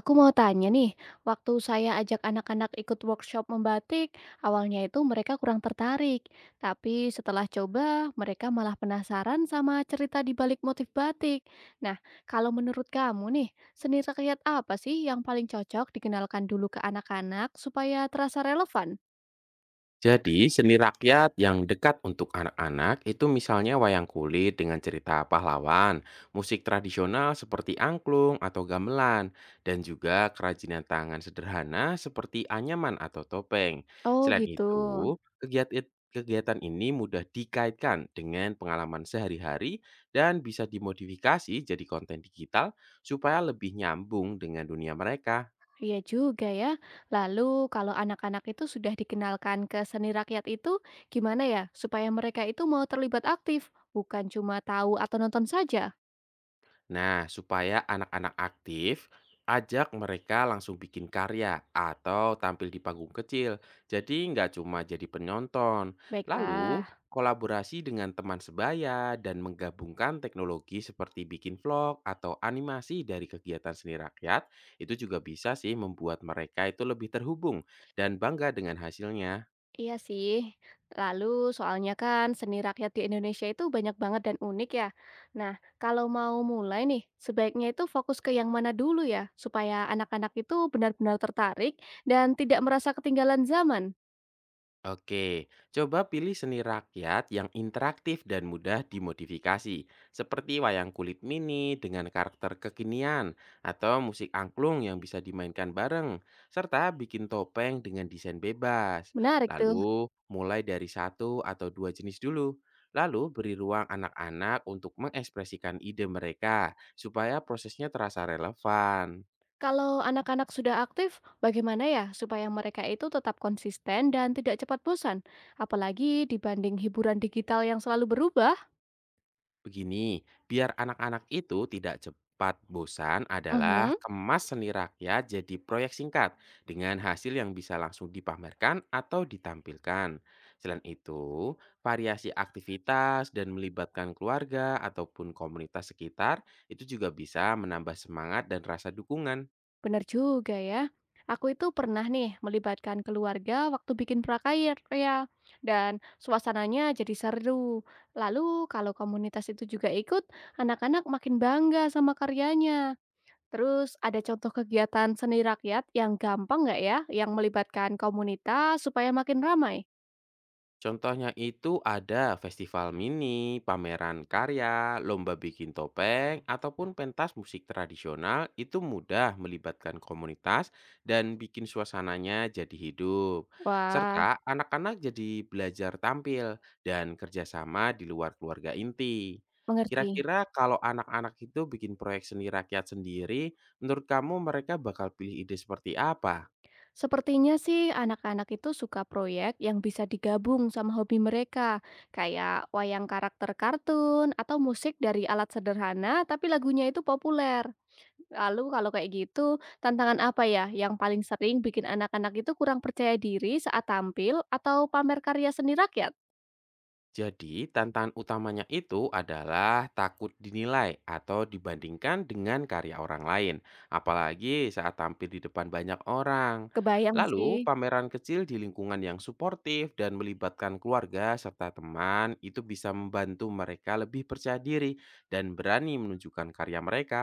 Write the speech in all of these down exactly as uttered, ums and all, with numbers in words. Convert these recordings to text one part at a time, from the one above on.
Aku mau tanya nih, waktu saya ajak anak-anak ikut workshop membatik, awalnya itu mereka kurang tertarik. Tapi setelah coba, mereka malah penasaran sama cerita di balik motif batik. Nah, kalau menurut kamu nih, seni rakyat apa sih yang paling cocok dikenalkan dulu ke anak-anak supaya terasa relevan? Jadi, seni rakyat yang dekat untuk anak-anak itu misalnya wayang kulit dengan cerita pahlawan, musik tradisional seperti angklung atau gamelan, dan juga kerajinan tangan sederhana seperti anyaman atau topeng. Oh Selain gitu. itu, kegiatan kegiatan ini mudah dikaitkan dengan pengalaman sehari-hari dan bisa dimodifikasi jadi konten digital supaya lebih nyambung dengan dunia mereka. Iya juga ya. Lalu kalau anak-anak itu sudah dikenalkan ke seni rakyat itu, gimana ya supaya mereka itu mau terlibat aktif, bukan cuma tahu atau nonton saja? Nah, supaya anak-anak aktif, ajak mereka langsung bikin karya atau tampil di panggung kecil. Jadi nggak cuma jadi penonton. Lalu, Baiklah, kolaborasi dengan teman sebaya dan menggabungkan teknologi seperti bikin vlog atau animasi dari kegiatan seni rakyat, itu juga bisa sih membuat mereka itu lebih terhubung dan bangga dengan hasilnya. iya sih. Lalu soalnya kan seni rakyat di Indonesia itu banyak banget dan unik ya. Nah, kalau mau mulai nih, sebaiknya itu fokus ke yang mana dulu ya, supaya anak-anak itu benar-benar tertarik dan tidak merasa ketinggalan zaman. Oke, coba pilih seni rakyat yang interaktif dan mudah dimodifikasi, seperti wayang kulit mini dengan karakter kekinian atau musik angklung yang bisa dimainkan bareng, serta bikin topeng dengan desain bebas. Menarik tuh. Lalu, mulai dari satu atau dua jenis dulu. Lalu, beri ruang anak-anak untuk mengekspresikan ide mereka supaya prosesnya terasa relevan. Kalau anak-anak sudah aktif, bagaimana ya supaya mereka itu tetap konsisten dan tidak cepat bosan? Apalagi dibanding hiburan digital yang selalu berubah? Begini, biar anak-anak itu tidak cepat bosan Mhm. adalah kemas seni rakyat jadi proyek singkat dengan hasil yang bisa langsung dipamerkan atau ditampilkan. Selain itu, variasi aktivitas dan melibatkan keluarga ataupun komunitas sekitar itu juga bisa menambah semangat dan rasa dukungan. Benar juga ya. Aku itu pernah nih melibatkan keluarga waktu bikin prakarya ya, dan suasananya jadi seru. Lalu kalau komunitas itu juga ikut, anak-anak makin bangga sama karyanya. Terus ada contoh kegiatan seni rakyat yang gampang nggak ya, yang melibatkan komunitas supaya makin ramai? Contohnya itu ada festival mini, pameran karya, lomba bikin topeng, ataupun pentas musik tradisional itu mudah melibatkan komunitas dan bikin suasananya jadi hidup. Wah, Serta anak-anak jadi belajar tampil dan kerjasama di luar keluarga inti. mengerti. Kira-kira kalau anak-anak itu bikin proyek seni rakyat sendiri, menurut kamu mereka bakal pilih ide seperti apa? Sepertinya sih anak-anak itu suka proyek yang bisa digabung sama hobi mereka, kayak wayang karakter kartun atau musik dari alat sederhana tapi lagunya itu populer. Lalu kalau kayak gitu, tantangan apa ya yang paling sering bikin anak-anak itu kurang percaya diri saat tampil atau pamer karya seni rakyat? Jadi, tantangan utamanya itu adalah takut dinilai atau dibandingkan dengan karya orang lain, apalagi saat tampil di depan banyak orang. Kebayang Lalu, sih. pameran kecil di lingkungan yang suportif dan melibatkan keluarga serta teman itu bisa membantu mereka lebih percaya diri dan berani menunjukkan karya mereka.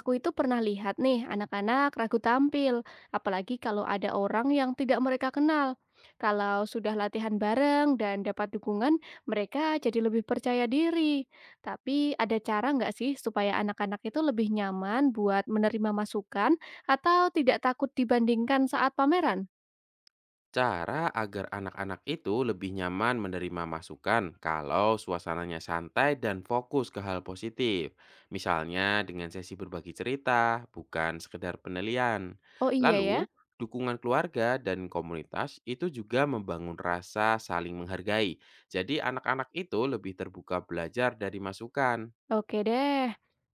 Aku itu pernah lihat nih anak-anak ragu tampil, apalagi kalau ada orang yang tidak mereka kenal. Kalau sudah latihan bareng dan dapat dukungan, mereka jadi lebih percaya diri. Tapi ada cara nggak sih supaya anak-anak itu lebih nyaman buat menerima masukan atau tidak takut dibandingkan saat pameran? Cara agar anak-anak itu lebih nyaman menerima masukan kalau suasananya santai dan fokus ke hal positif. Misalnya dengan sesi berbagi cerita, bukan sekedar penilaian. Oh iya ya. Lalu, dukungan keluarga dan komunitas itu juga membangun rasa saling menghargai. Jadi anak-anak itu lebih terbuka belajar dari masukan. Oke deh.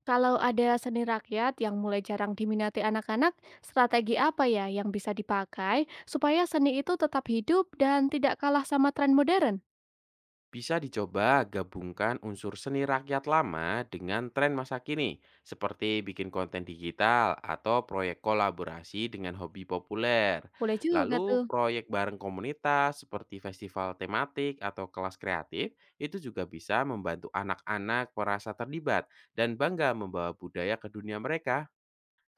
Kalau ada seni rakyat yang mulai jarang diminati anak-anak, strategi apa ya yang bisa dipakai supaya seni itu tetap hidup dan tidak kalah sama tren modern? Bisa dicoba gabungkan unsur seni rakyat lama dengan tren masa kini, seperti bikin konten digital atau proyek kolaborasi dengan hobi populer. Boleh juga Lalu tuh. proyek bareng komunitas seperti festival tematik atau kelas kreatif itu juga bisa membantu anak-anak merasa terlibat dan bangga membawa budaya ke dunia mereka.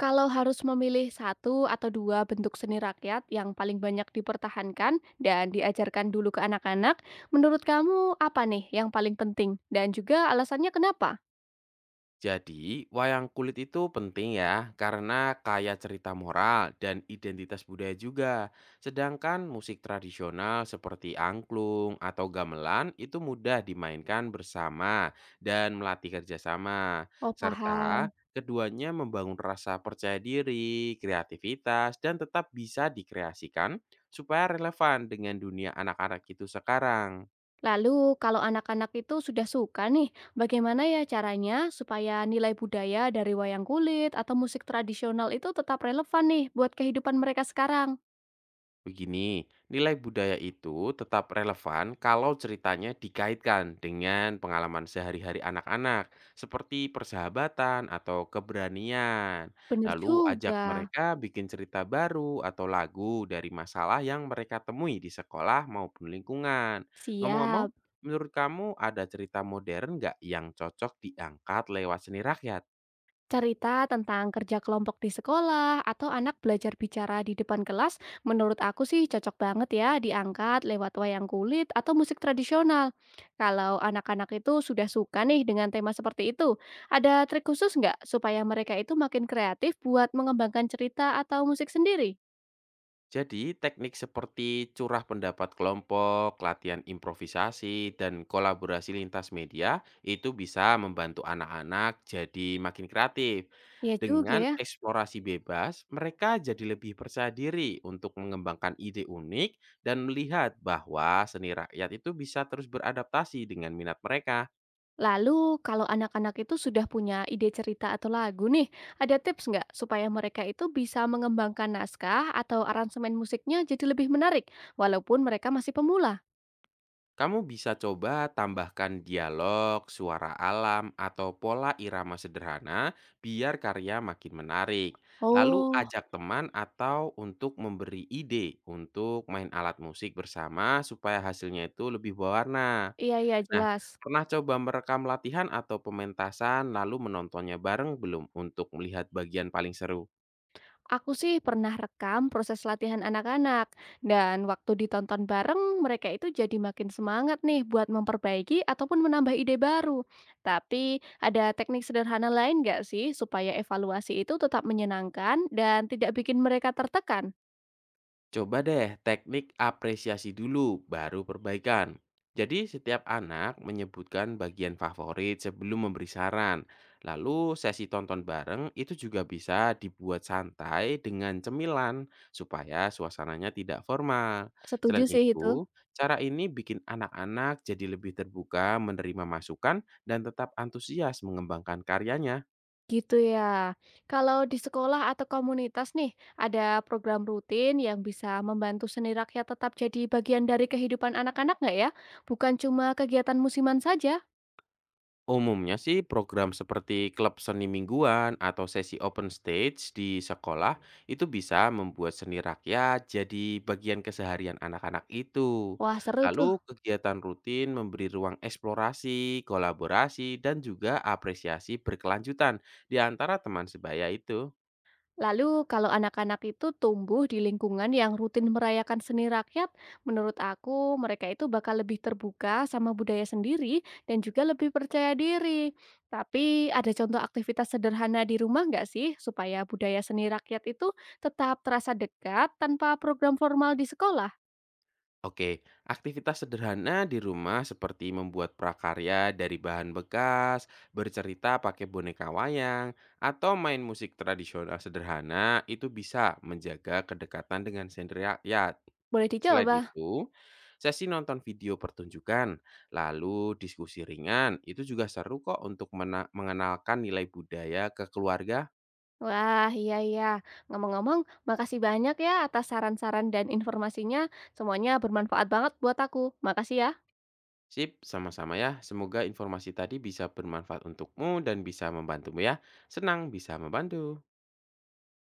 Kalau harus memilih satu atau dua bentuk seni rakyat yang paling banyak dipertahankan dan diajarkan dulu ke anak-anak, menurut kamu apa nih yang paling penting? Dan juga alasannya kenapa? Jadi, wayang kulit itu penting ya, karena kaya cerita moral dan identitas budaya juga. Sedangkan musik tradisional seperti angklung atau gamelan itu mudah dimainkan bersama dan melatih kerjasama. Oh, Serta paham. keduanya membangun rasa percaya diri, kreativitas, dan tetap bisa dikreasikan supaya relevan dengan dunia anak-anak itu sekarang. Lalu, kalau anak-anak itu sudah suka nih, bagaimana ya caranya supaya nilai budaya dari wayang kulit atau musik tradisional itu tetap relevan nih buat kehidupan mereka sekarang? Begini, nilai budaya itu tetap relevan kalau ceritanya dikaitkan dengan pengalaman sehari-hari anak-anak, seperti persahabatan atau keberanian. Bener Lalu juga. ajak mereka bikin cerita baru atau lagu dari masalah yang mereka temui di sekolah maupun lingkungan. Siap. Ngomong-ngomong, menurut kamu ada cerita modern nggak yang cocok diangkat lewat seni rakyat? Cerita tentang kerja kelompok di sekolah atau anak belajar bicara di depan kelas, menurut aku sih cocok banget ya diangkat lewat wayang kulit atau musik tradisional. Kalau anak-anak itu sudah suka nih dengan tema seperti itu, ada trik khusus nggak supaya mereka itu makin kreatif buat mengembangkan cerita atau musik sendiri? Jadi, teknik seperti curah pendapat kelompok, latihan improvisasi, dan kolaborasi lintas media itu bisa membantu anak-anak jadi makin kreatif. Ya juga Dengan ya. eksplorasi bebas, mereka jadi lebih percaya diri untuk mengembangkan ide unik dan melihat bahwa seni rakyat itu bisa terus beradaptasi dengan minat mereka. Lalu, kalau anak-anak itu sudah punya ide cerita atau lagu nih, ada tips nggak supaya mereka itu bisa mengembangkan naskah atau aransemen musiknya jadi lebih menarik, walaupun mereka masih pemula? Kamu bisa coba tambahkan dialog, suara alam, atau pola irama sederhana biar karya makin menarik. Lalu Oh, ajak teman atau untuk memberi ide untuk main alat musik bersama supaya hasilnya itu lebih berwarna. iya iya Nah, jelas. pernah coba merekam latihan atau pementasan lalu menontonnya bareng belum untuk melihat bagian paling seru? Aku sih pernah rekam proses latihan anak-anak, dan waktu ditonton bareng, mereka itu jadi makin semangat nih buat memperbaiki ataupun menambah ide baru. Tapi ada teknik sederhana lain nggak sih supaya evaluasi itu tetap menyenangkan dan tidak bikin mereka tertekan? Coba deh teknik apresiasi dulu, baru perbaikan. Jadi setiap anak menyebutkan bagian favorit sebelum memberi saran. Lalu sesi tonton bareng itu juga bisa dibuat santai dengan cemilan supaya suasananya tidak formal. Setuju Selain sih itu. itu, cara ini bikin anak-anak jadi lebih terbuka menerima masukan dan tetap antusias mengembangkan karyanya. Gitu ya. Kalau di sekolah atau komunitas nih, ada program rutin yang bisa membantu seni rakyat tetap jadi bagian dari kehidupan anak-anak nggak ya? Bukan cuma kegiatan musiman saja. Umumnya sih program seperti klub seni mingguan atau sesi open stage di sekolah itu bisa membuat seni rakyat jadi bagian keseharian anak-anak itu. Wah, seru tuh. Lalu kegiatan rutin memberi ruang eksplorasi, kolaborasi, dan juga apresiasi berkelanjutan di antara teman sebaya itu. Lalu kalau anak-anak itu tumbuh di lingkungan yang rutin merayakan seni rakyat, menurut aku mereka itu bakal lebih terbuka sama budaya sendiri dan juga lebih percaya diri. Tapi ada contoh aktivitas sederhana di rumah nggak sih supaya budaya seni rakyat itu tetap terasa dekat tanpa program formal di sekolah? Oke, aktivitas sederhana di rumah seperti membuat prakarya dari bahan bekas, bercerita pakai boneka wayang, atau main musik tradisional sederhana itu bisa menjaga kedekatan dengan sendiri rakyat. Boleh Selain dicoba. itu, sesi nonton video pertunjukan, lalu diskusi ringan, itu juga seru kok untuk mena- mengenalkan nilai budaya ke keluarga. Wah, iya iya. Ngomong-ngomong, makasih banyak ya atas saran-saran dan informasinya. Semuanya bermanfaat banget buat aku. Makasih ya. Sip, sama-sama ya. Semoga informasi tadi bisa bermanfaat untukmu dan bisa membantumu ya. Senang bisa membantu.